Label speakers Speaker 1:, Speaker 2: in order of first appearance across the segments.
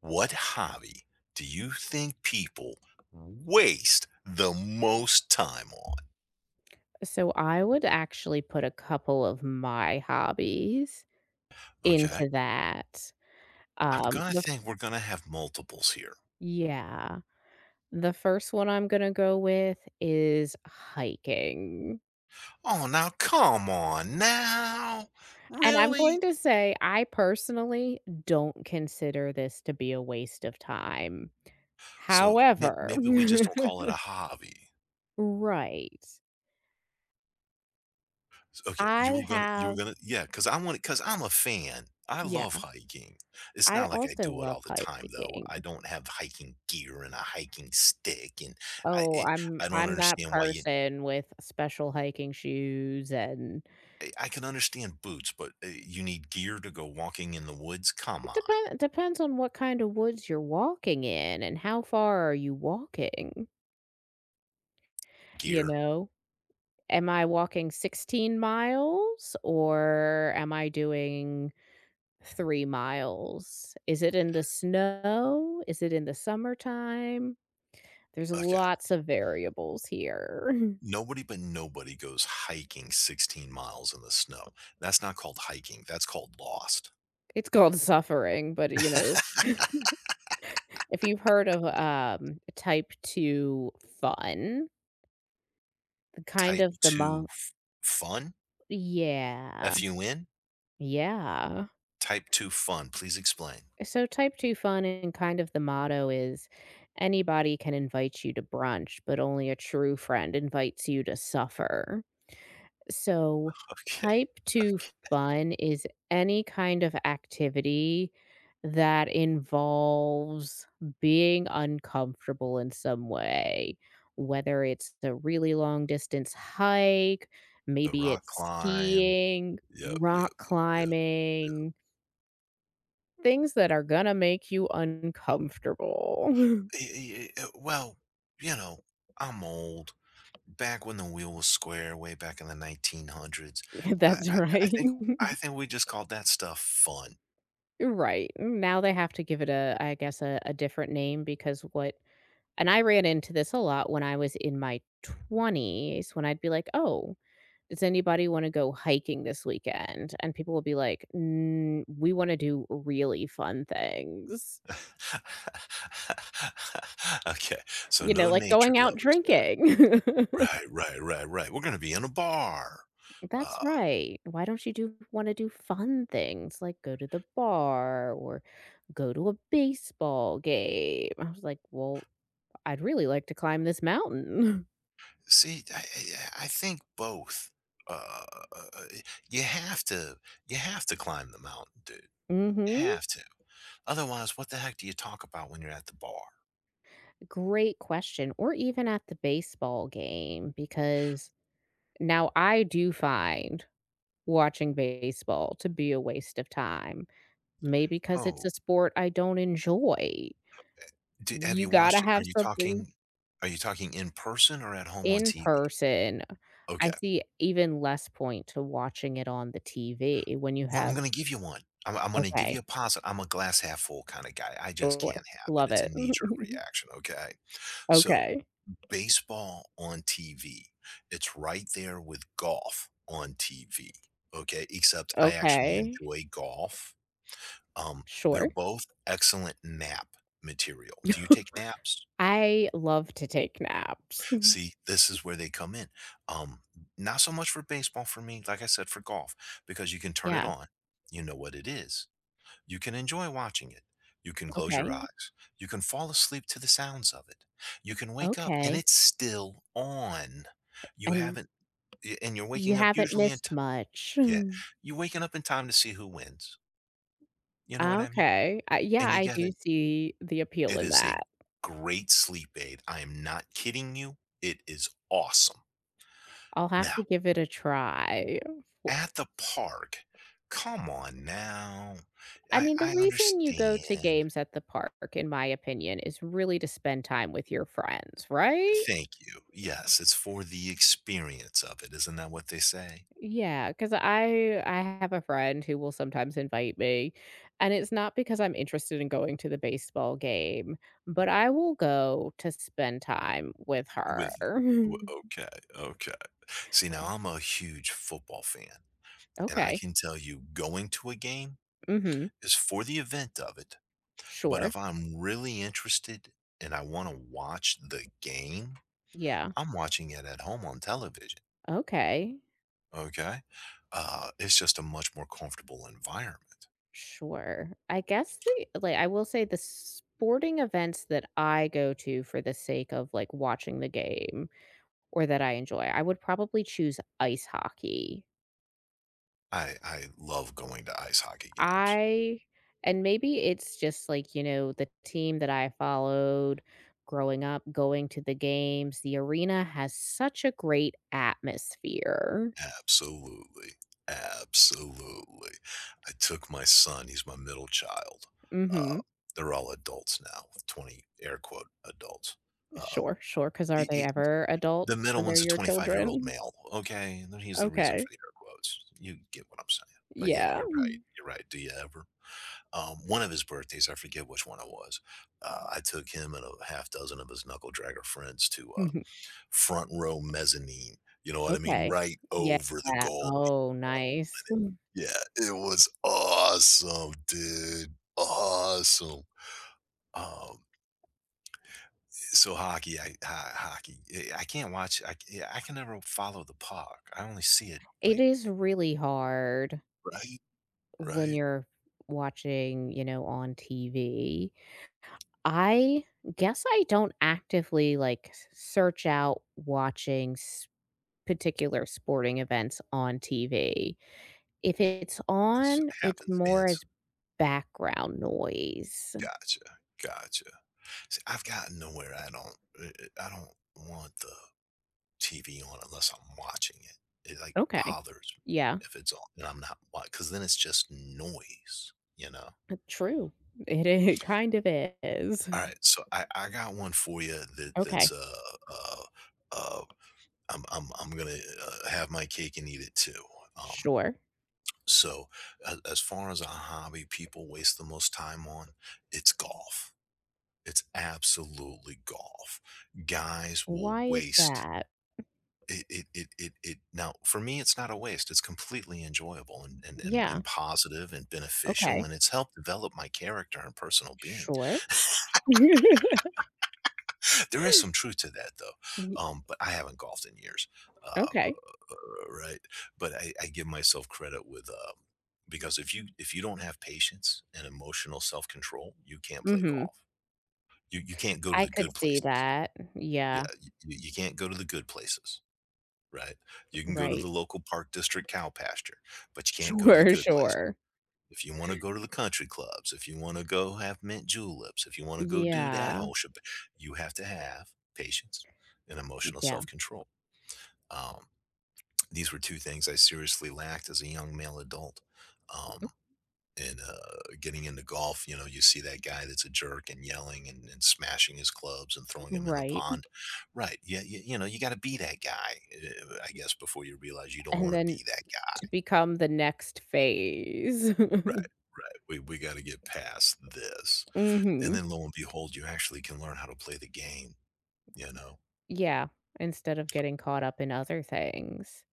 Speaker 1: What hobby do you think people waste the most time on?
Speaker 2: So I would actually put a couple of my hobbies
Speaker 1: Okay.
Speaker 2: into that.
Speaker 1: I'm gonna
Speaker 2: The
Speaker 1: think we're gonna have multiples here.
Speaker 2: yeah. The first one I'm gonna go with is hiking.
Speaker 1: Oh, now come on now.
Speaker 2: And I'm
Speaker 1: Really?
Speaker 2: going to say I personally don't consider this to be a waste of time.
Speaker 1: So
Speaker 2: However,
Speaker 1: maybe we just don't call it a hobby.
Speaker 2: right.
Speaker 1: Okay,
Speaker 2: I have
Speaker 1: yeah, because I'm a fan. I
Speaker 2: yeah,
Speaker 1: love hiking. It's
Speaker 2: I
Speaker 1: not like I
Speaker 2: also
Speaker 1: do it
Speaker 2: love
Speaker 1: all the time, though.
Speaker 2: hiking.
Speaker 1: I don't have hiking gear and a hiking stick, I,
Speaker 2: Oh,
Speaker 1: it,
Speaker 2: I'm
Speaker 1: I don't
Speaker 2: I'm that
Speaker 1: understand why you.
Speaker 2: person with special hiking shoes. And
Speaker 1: I can understand boots, but you need gear to go walking in the woods? Come on,
Speaker 2: it depends on what kind of woods you're walking in and how far are you walking, you
Speaker 1: gear.
Speaker 2: know? Am I walking 16 miles or am I doing 3 miles? Is it in the snow? Is it in the summertime? There's
Speaker 1: Okay.
Speaker 2: lots of variables here.
Speaker 1: Nobody but nobody goes hiking 16 miles in the snow. That's not called hiking. That's called lost.
Speaker 2: It's called suffering, but, if you've heard of, Type 2 Fun, kind
Speaker 1: Type
Speaker 2: of the
Speaker 1: two
Speaker 2: mo
Speaker 1: fun?
Speaker 2: yeah,
Speaker 1: F U N?
Speaker 2: yeah.
Speaker 1: Type two fun. Please explain.
Speaker 2: So Type 2 Fun, and kind of the motto is anybody can invite you to brunch, but only a true friend invites you to suffer. So,
Speaker 1: Okay.
Speaker 2: type 2
Speaker 1: Okay.
Speaker 2: fun is any kind of activity that involves being uncomfortable in some way, whether it's a really long distance hike,
Speaker 1: The
Speaker 2: maybe
Speaker 1: rock
Speaker 2: it's
Speaker 1: climb.
Speaker 2: skiing,
Speaker 1: Yep. Yep.
Speaker 2: rock
Speaker 1: Yep. Yep.
Speaker 2: climbing, things that are gonna make you uncomfortable.
Speaker 1: Well, you know, I'm old. Back when the wheel was square, way back in the 1900s, I
Speaker 2: That's
Speaker 1: I I
Speaker 2: right.
Speaker 1: think I think we just called that stuff fun.
Speaker 2: Right. Now they have to give it a, I guess, a different name because what. And I ran into this a lot when I was in my 20s when I'd be like, "Oh, does anybody wanna go hiking this weekend?" And people would be like, "Mm, we wanna do really fun things."
Speaker 1: Okay, so
Speaker 2: You
Speaker 1: no
Speaker 2: know, like
Speaker 1: nature
Speaker 2: going out
Speaker 1: lovers there.
Speaker 2: drinking.
Speaker 1: Right, right, right, right. We're gonna be in a bar.
Speaker 2: That's
Speaker 1: Uh,
Speaker 2: right. Why don't you do wanna do fun things like go to the bar or go to a baseball game? I was like, "Well, I'd really like to climb this mountain."
Speaker 1: see, I think both. Uh, uh, you have to you have to climb the mountain, dude. You
Speaker 2: Mhm.
Speaker 1: have to. Otherwise, what the heck do you talk about when you're at the bar?
Speaker 2: Great question, or even at the baseball game, because now I do find watching baseball to be a waste of time. Maybe because it's
Speaker 1: Oh.
Speaker 2: a sport I don't enjoy.
Speaker 1: Do have you
Speaker 2: You
Speaker 1: watched
Speaker 2: gotta
Speaker 1: it?
Speaker 2: have something
Speaker 1: Are you talking in person or at home on
Speaker 2: in
Speaker 1: TV?
Speaker 2: person.
Speaker 1: Okay.
Speaker 2: I see even less point to watching it on the TV when you
Speaker 1: Well, I'm
Speaker 2: have.
Speaker 1: gonna give you one. I'm gonna give you
Speaker 2: Okay,
Speaker 1: a positive. I'm a glass half full kinda guy. I just can't
Speaker 2: sure,
Speaker 1: have it.
Speaker 2: love
Speaker 1: It's a
Speaker 2: it.
Speaker 1: knee-jerk reaction, okay? So,
Speaker 2: Okay,
Speaker 1: baseball on TV, it's right there with golf on TV, okay? Except I actually
Speaker 2: okay,
Speaker 1: enjoy golf. Um, they're
Speaker 2: sure.
Speaker 1: both excellent nap material. Do you take naps?
Speaker 2: I love to take naps.
Speaker 1: See, this is where they come in. Um, Not so much for baseball for me, like I said, for golf, because you can turn it
Speaker 2: Yeah,
Speaker 1: on. You know what it is. You can enjoy watching it. You can close your
Speaker 2: okay.
Speaker 1: eyes. You can fall asleep to the sounds of it. You can wake up and
Speaker 2: Okay,
Speaker 1: it's still on. You
Speaker 2: and
Speaker 1: haven't, y- And you're
Speaker 2: you
Speaker 1: waking up
Speaker 2: haven't
Speaker 1: usually in
Speaker 2: missed
Speaker 1: time.
Speaker 2: much.
Speaker 1: Yeah.
Speaker 2: Hmm.
Speaker 1: You're waking up in time to see who wins. You know what I mean?
Speaker 2: Okay, I yeah,
Speaker 1: And
Speaker 2: I do see the appeal
Speaker 1: it
Speaker 2: in
Speaker 1: is a
Speaker 2: that.
Speaker 1: great sleep aid. I am not kidding you. It is awesome.
Speaker 2: I'll have
Speaker 1: Now,
Speaker 2: to give it a try. W
Speaker 1: at the park? Come on now.
Speaker 2: I
Speaker 1: I
Speaker 2: mean, the
Speaker 1: I
Speaker 2: reason you go to
Speaker 1: understand.
Speaker 2: games at the park, in my opinion, is really to spend time with your friends, right?
Speaker 1: Thank you. Yes, it's for the experience of it. Isn't that what they say?
Speaker 2: Yeah, because I have a friend who will sometimes invite me, and it's not because I'm interested in going to the baseball game, but I will go to spend time with her.
Speaker 1: With w okay, okay. See, now I'm a huge football fan, and I
Speaker 2: Okay.
Speaker 1: can tell you going to a game
Speaker 2: Mhm.
Speaker 1: is for the event of it, but
Speaker 2: Sure.
Speaker 1: if I'm really interested and I wanna watch the game,
Speaker 2: Yeah.
Speaker 1: I'm watching it at home on television,
Speaker 2: Okay.
Speaker 1: okay? It's just a much more comfortable environment.
Speaker 2: Sure. I guess the like, I will say the sporting events that I go to for the sake of, like, watching the game or that I enjoy, I would probably choose ice hockey.
Speaker 1: I love going to ice hockey games.
Speaker 2: I and maybe it's just, like, you know, the team that I followed growing up, going to the games, the arena has such a great atmosphere.
Speaker 1: Absolutely, absolutely. I took my son, he's my middle child, uh,
Speaker 2: Mhm.
Speaker 1: they're all adults now, with 20 air quote adults. Uh,
Speaker 2: Sure, sure. Cause are they
Speaker 1: I
Speaker 2: ever adults
Speaker 1: The middle
Speaker 2: when they're
Speaker 1: one's a
Speaker 2: your
Speaker 1: 25-year-old
Speaker 2: children?
Speaker 1: male, okay? And then he's the reason for
Speaker 2: Okay.
Speaker 1: the air quotes. You get what I'm saying. But yeah,
Speaker 2: Yeah.
Speaker 1: you're right, you're right. Do you ever? One of his birthdays, I forget which one it was, I took him and a half dozen of his knuckle dragger friends to,
Speaker 2: Mhm.
Speaker 1: front row mezzanine, you know what I mean?
Speaker 2: Okay.
Speaker 1: Right
Speaker 2: Yeah.
Speaker 1: over the goal,
Speaker 2: Oh,
Speaker 1: you know?
Speaker 2: nice.
Speaker 1: And
Speaker 2: Mm.
Speaker 1: it yeah, it was awesome, dude. Awesome. Um, so hockey, I ho hockey, I can't yeah, I can never follow the puck. I only see it,
Speaker 2: It
Speaker 1: like,
Speaker 2: is really hard
Speaker 1: right,
Speaker 2: when
Speaker 1: right.
Speaker 2: you're watching, you know, on TV. I guess I don't actively, like, s search out watching s particular sporting events on TV. If it's
Speaker 1: It's
Speaker 2: on, it's more
Speaker 1: happenstance.
Speaker 2: as background noise.
Speaker 1: Gotcha, gotcha. See, I've gotten nowhere. I don't want the TV on unless I'm watching it. It, like,
Speaker 2: Okay.
Speaker 1: bothers me
Speaker 2: Yeah.
Speaker 1: if it's on and I'm not watching because then it's just noise, you know?
Speaker 2: True. It kind of is.
Speaker 1: Alright, so I got one for you that that's,
Speaker 2: Okay.
Speaker 1: uh, uh, I'm gonna, have my cake and eat it too. Um,
Speaker 2: Sure.
Speaker 1: so a as far as a hobby people waste the most time on, it's golf. It's absolutely golf. Guys will
Speaker 2: Why is
Speaker 1: waste.
Speaker 2: that?
Speaker 1: It now for me, it's not a waste, it's completely enjoyable and
Speaker 2: Yeah,
Speaker 1: positive and beneficial,
Speaker 2: okay.
Speaker 1: and it's helped develop my character and personal being.
Speaker 2: Sure.
Speaker 1: There is some truth to that though,
Speaker 2: Y
Speaker 1: but I haven't golfed in years, uh,
Speaker 2: okay.
Speaker 1: right? But I give myself credit with, um, because if you don't have patience and emotional self-control, you can't play
Speaker 2: Mhm.
Speaker 1: golf. You can't go to
Speaker 2: I
Speaker 1: the
Speaker 2: could
Speaker 1: good
Speaker 2: see
Speaker 1: places.
Speaker 2: that.
Speaker 1: Yeah,
Speaker 2: Yeah,
Speaker 1: you you can't go to the good places. Right? You can go to
Speaker 2: right.
Speaker 1: the local park district cow pasture, but you can't go to the
Speaker 2: Sure,
Speaker 1: good place.
Speaker 2: sure.
Speaker 1: If you wanna go to the country clubs, if you wanna go have mint juleps, if you wanna go do that
Speaker 2: Yeah,
Speaker 1: whole shab, you have to have patience and emotional
Speaker 2: yeah.
Speaker 1: self-control. Um, these were two things I seriously lacked as a young male adult. Um and Getting into golf, you know, you see that guy that's a jerk and yelling and smashing his clubs and throwing them in the
Speaker 2: Right.
Speaker 1: pond. Right. Yeah. You know, you got to be that guy, I guess, before you realize you don't
Speaker 2: And
Speaker 1: want to
Speaker 2: then
Speaker 1: be that guy.
Speaker 2: to become the next phase.
Speaker 1: Right. Right. We got to get past this. And
Speaker 2: Mhm.
Speaker 1: then lo and behold, you actually can learn how to play the game, you know?
Speaker 2: Yeah, instead of getting caught up in other things.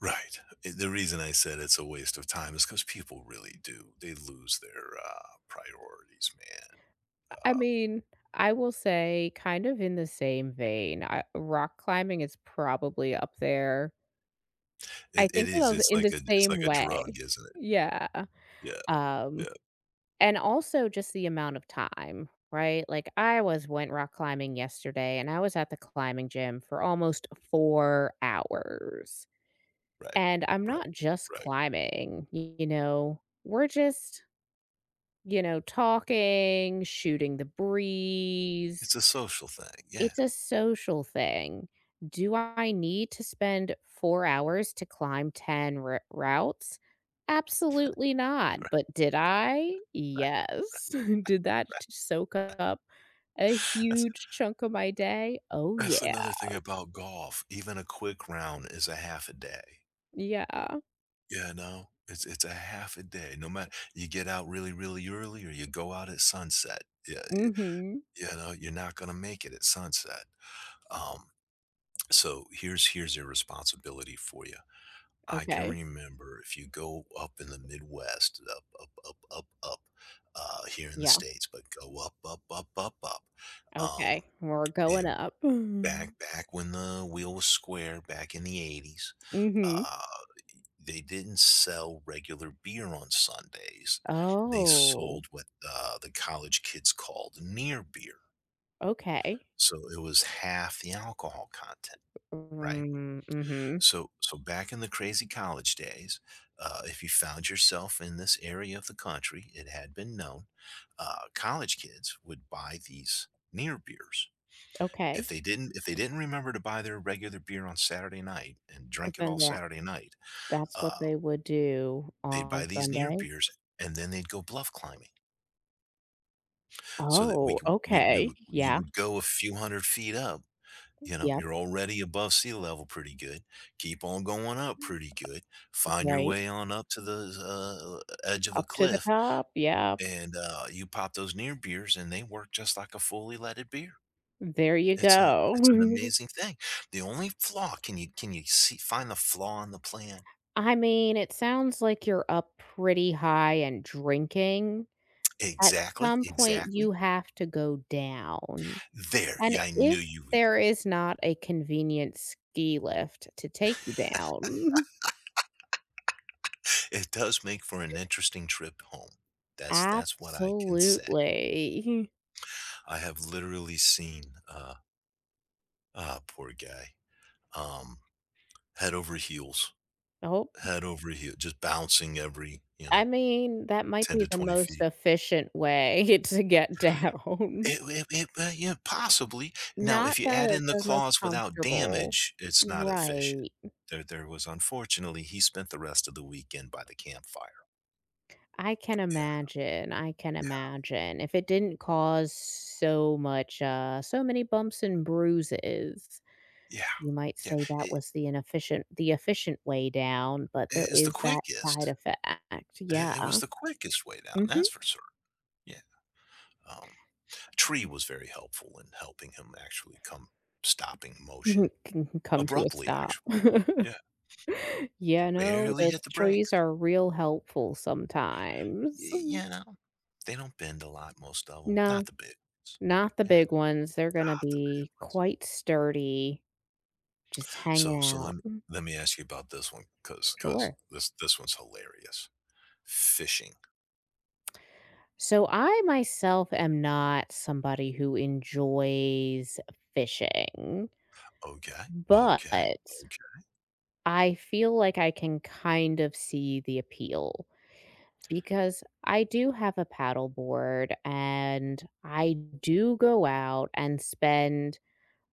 Speaker 1: Right. The reason I said it's a waste of time is because people really do. They lose their priorities, man.
Speaker 2: I
Speaker 1: Uh,
Speaker 2: mean, I will say kind of in the same vein, I rock climbing is probably up there, I
Speaker 1: it, it
Speaker 2: think, you
Speaker 1: is.
Speaker 2: know,
Speaker 1: It's
Speaker 2: in
Speaker 1: like
Speaker 2: the
Speaker 1: a
Speaker 2: same
Speaker 1: drug,
Speaker 2: way.
Speaker 1: isn't it?
Speaker 2: Yeah.
Speaker 1: Yeah.
Speaker 2: Um,
Speaker 1: Yeah,
Speaker 2: and also just the amount of time, right? Like, I was went rock climbing yesterday, and I was at the climbing gym for almost 4 hours.
Speaker 1: right,
Speaker 2: And I'm
Speaker 1: right,
Speaker 2: not just
Speaker 1: right.
Speaker 2: climbing, you know, we're just, you know, talking, shooting the breeze.
Speaker 1: It's a social thing, yeah,
Speaker 2: It's a social thing. Do I need to spend 4 hours to climb 10 ru routes? Absolutely not,
Speaker 1: right,
Speaker 2: but did I?
Speaker 1: right,
Speaker 2: Yes. Did that
Speaker 1: right.
Speaker 2: t soak up a
Speaker 1: That's
Speaker 2: huge chunk of my day? Oh,
Speaker 1: that's
Speaker 2: yeah.
Speaker 1: another thing about golf, even a quick round is a half a day.
Speaker 2: Yeah.
Speaker 1: Yeah, no, it's a half a day, no matter you get out really, really early or you go out at sunset, yeah, y
Speaker 2: Mhm.
Speaker 1: you know, you're not gonna make it at sunset, um, so here's your responsibility for you. I can
Speaker 2: Okay.
Speaker 1: remember if you go up in the Midwest, up, here in the
Speaker 2: Yeah.
Speaker 1: States, but go up, up. Um,
Speaker 2: Okay. We're going
Speaker 1: and
Speaker 2: up.
Speaker 1: back when the wheel was square, back in the 80s,
Speaker 2: Mhm.
Speaker 1: uh, they didn't sell regular beer on Sundays. They
Speaker 2: Oh,
Speaker 1: sold what the college kids called near beer.
Speaker 2: okay.
Speaker 1: So it was half the alcohol content, right?
Speaker 2: Mm, mhm.
Speaker 1: So back in the crazy college days, if you found yourself in this area of the country, it had been known, college kids would buy these near beers. If
Speaker 2: Okay.
Speaker 1: they didn't remember to buy their regular beer on Saturday night and drink it
Speaker 2: Then
Speaker 1: all Saturday night,
Speaker 2: that's what
Speaker 1: uh,
Speaker 2: they would do
Speaker 1: they'd buy
Speaker 2: on
Speaker 1: these near
Speaker 2: Sunday?
Speaker 1: beers and then they'd go bluff climbing. So that we,
Speaker 2: Oh,
Speaker 1: c- we,
Speaker 2: okay.
Speaker 1: would- you
Speaker 2: Yeah.
Speaker 1: would go a few hundred feet up. You know,
Speaker 2: Yep.
Speaker 1: you're already above sea level pretty good. Keep on going up pretty good. Find your
Speaker 2: Right.
Speaker 1: way on up to the edge of a
Speaker 2: Up to the
Speaker 1: cliff,
Speaker 2: top. Yep.
Speaker 1: and you pop those near beers, and they work just like a fully leaded beer.
Speaker 2: There you
Speaker 1: It's a it's an
Speaker 2: go.
Speaker 1: amazing thing. The only flaw, can you see, find the flaw in the plan?
Speaker 2: I mean, it sounds like you're up pretty high and drinking. At
Speaker 1: Exactly,
Speaker 2: some point,
Speaker 1: exactly.
Speaker 2: you have to go down.
Speaker 1: There,
Speaker 2: And
Speaker 1: yeah, I knew
Speaker 2: if
Speaker 1: you would.
Speaker 2: there is not a convenient ski lift to take you down.
Speaker 1: It does make for an interesting trip home. That's what I can
Speaker 2: Absolutely.
Speaker 1: say. I have literally seen uh poor guy, um, head over heels,
Speaker 2: Oh,
Speaker 1: head over heel, just bouncing every, you know,
Speaker 2: I mean, that might
Speaker 1: 10
Speaker 2: be
Speaker 1: to
Speaker 2: the
Speaker 1: 20
Speaker 2: most
Speaker 1: feet.
Speaker 2: efficient way to get down.
Speaker 1: Yeah, possibly. Now, if
Speaker 2: Not
Speaker 1: you add
Speaker 2: the
Speaker 1: in the
Speaker 2: the most
Speaker 1: claws without
Speaker 2: comfortable.
Speaker 1: damage, it's not efficient.
Speaker 2: Right.
Speaker 1: There was Unfortunately, he spent the rest of the weekend by the campfire.
Speaker 2: I can
Speaker 1: Yeah,
Speaker 2: imagine, I can
Speaker 1: yeah,
Speaker 2: imagine. If it didn't cause so much, so many bumps and bruises,
Speaker 1: yeah,
Speaker 2: you might
Speaker 1: yeah.
Speaker 2: say that was the efficient way down, but
Speaker 1: It
Speaker 2: there
Speaker 1: is the
Speaker 2: is that side
Speaker 1: quickest.
Speaker 2: effect. Yeah.
Speaker 1: It was the quickest way down.
Speaker 2: Mhm.
Speaker 1: That's for certain. Yeah. Um, Tree was very helpful in helping him actually come stopping motion
Speaker 2: Can come to a
Speaker 1: abruptly.
Speaker 2: stop.
Speaker 1: Actually, yeah.
Speaker 2: Yeah,
Speaker 1: Just
Speaker 2: no,
Speaker 1: barely
Speaker 2: those
Speaker 1: hit the
Speaker 2: trees
Speaker 1: brakes.
Speaker 2: are real helpful sometimes.
Speaker 1: Y
Speaker 2: Mm,
Speaker 1: You know? They don't bend a lot, most of them. Not
Speaker 2: no,
Speaker 1: the big ones.
Speaker 2: not the
Speaker 1: Yeah,
Speaker 2: big ones. They're gonna
Speaker 1: not the big
Speaker 2: be
Speaker 1: ones.
Speaker 2: quite sturdy, just
Speaker 1: So
Speaker 2: hanging
Speaker 1: so
Speaker 2: out.
Speaker 1: lem
Speaker 2: Mm,
Speaker 1: Let me ask you about this one, cause
Speaker 2: sure.
Speaker 1: this one's hilarious. Fishing.
Speaker 2: So I myself am not somebody who enjoys fishing,
Speaker 1: Okay,
Speaker 2: but
Speaker 1: okay, okay.
Speaker 2: I feel like I can kind of see the appeal because I do have a paddleboard and I do go out and spend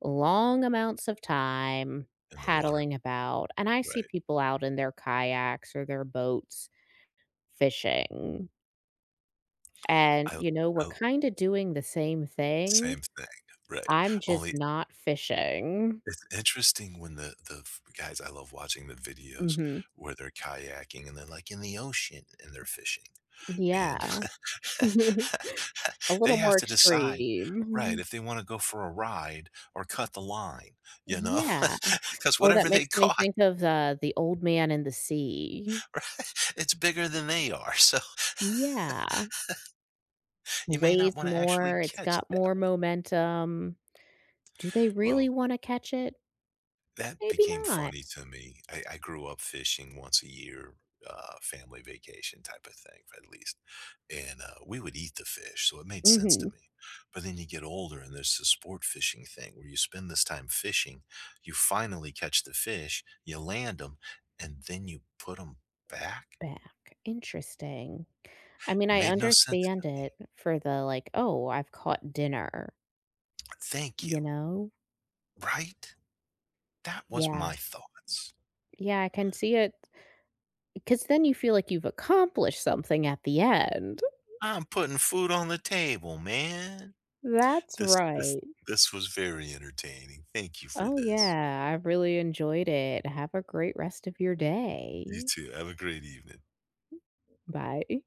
Speaker 2: long amounts of time
Speaker 1: In the water.
Speaker 2: paddling about, and I see
Speaker 1: Right.
Speaker 2: people out in their kayaks or their boats fishing, and,
Speaker 1: I
Speaker 2: you know, we're
Speaker 1: I
Speaker 2: kinda doing the same thing.
Speaker 1: Same thing. Right.
Speaker 2: I'm just
Speaker 1: Only
Speaker 2: not fishing.
Speaker 1: it's interesting when the f guys I love watching the videos
Speaker 2: Mhm.
Speaker 1: where they're kayaking and they're, like, in the ocean and they're fishing. And
Speaker 2: Yeah. A
Speaker 1: they
Speaker 2: little
Speaker 1: have
Speaker 2: more
Speaker 1: to decide, right,
Speaker 2: extreme.
Speaker 1: if they wanna go for a ride or cut the line, you know,
Speaker 2: Yeah.
Speaker 1: because
Speaker 2: Oh, that
Speaker 1: whatever they
Speaker 2: makes me
Speaker 1: caught,
Speaker 2: think of The Old Man in the Sea.
Speaker 1: right, it's bigger than they are, so
Speaker 2: Yeah.
Speaker 1: you may not
Speaker 2: Weighs
Speaker 1: wanna actually
Speaker 2: more, it's
Speaker 1: catch
Speaker 2: got
Speaker 1: that
Speaker 2: more
Speaker 1: one.
Speaker 2: momentum. Do they really
Speaker 1: Well
Speaker 2: wanna catch it?
Speaker 1: That
Speaker 2: Maybe
Speaker 1: became
Speaker 2: not.
Speaker 1: funny to me. I grew up fishing once a year, family vacation type of thing, at least, and, we would eat the fish, so it made sense to
Speaker 2: Mhm.
Speaker 1: me, but then you get older and there's the sport fishing thing where you spend this time fishing, you finally catch the fish, you land them, and then you put them back?
Speaker 2: Back. Interesting. I mean, I
Speaker 1: Made no sense to
Speaker 2: understand it
Speaker 1: me.
Speaker 2: for the, like, "Oh, I've caught dinner,"
Speaker 1: Thank you.
Speaker 2: you know?
Speaker 1: Right? That was
Speaker 2: Yeah.
Speaker 1: my thoughts.
Speaker 2: Yeah, I can see it because then you feel like you've accomplished something at the end.
Speaker 1: I'm putting food on the table, man.
Speaker 2: That's
Speaker 1: This this
Speaker 2: right.
Speaker 1: this was very entertaining. Thank you for
Speaker 2: Oh,
Speaker 1: this.
Speaker 2: yeah. I really enjoyed it. Have a great rest of your
Speaker 1: You
Speaker 2: day.
Speaker 1: too. Have a great evening.
Speaker 2: Bye.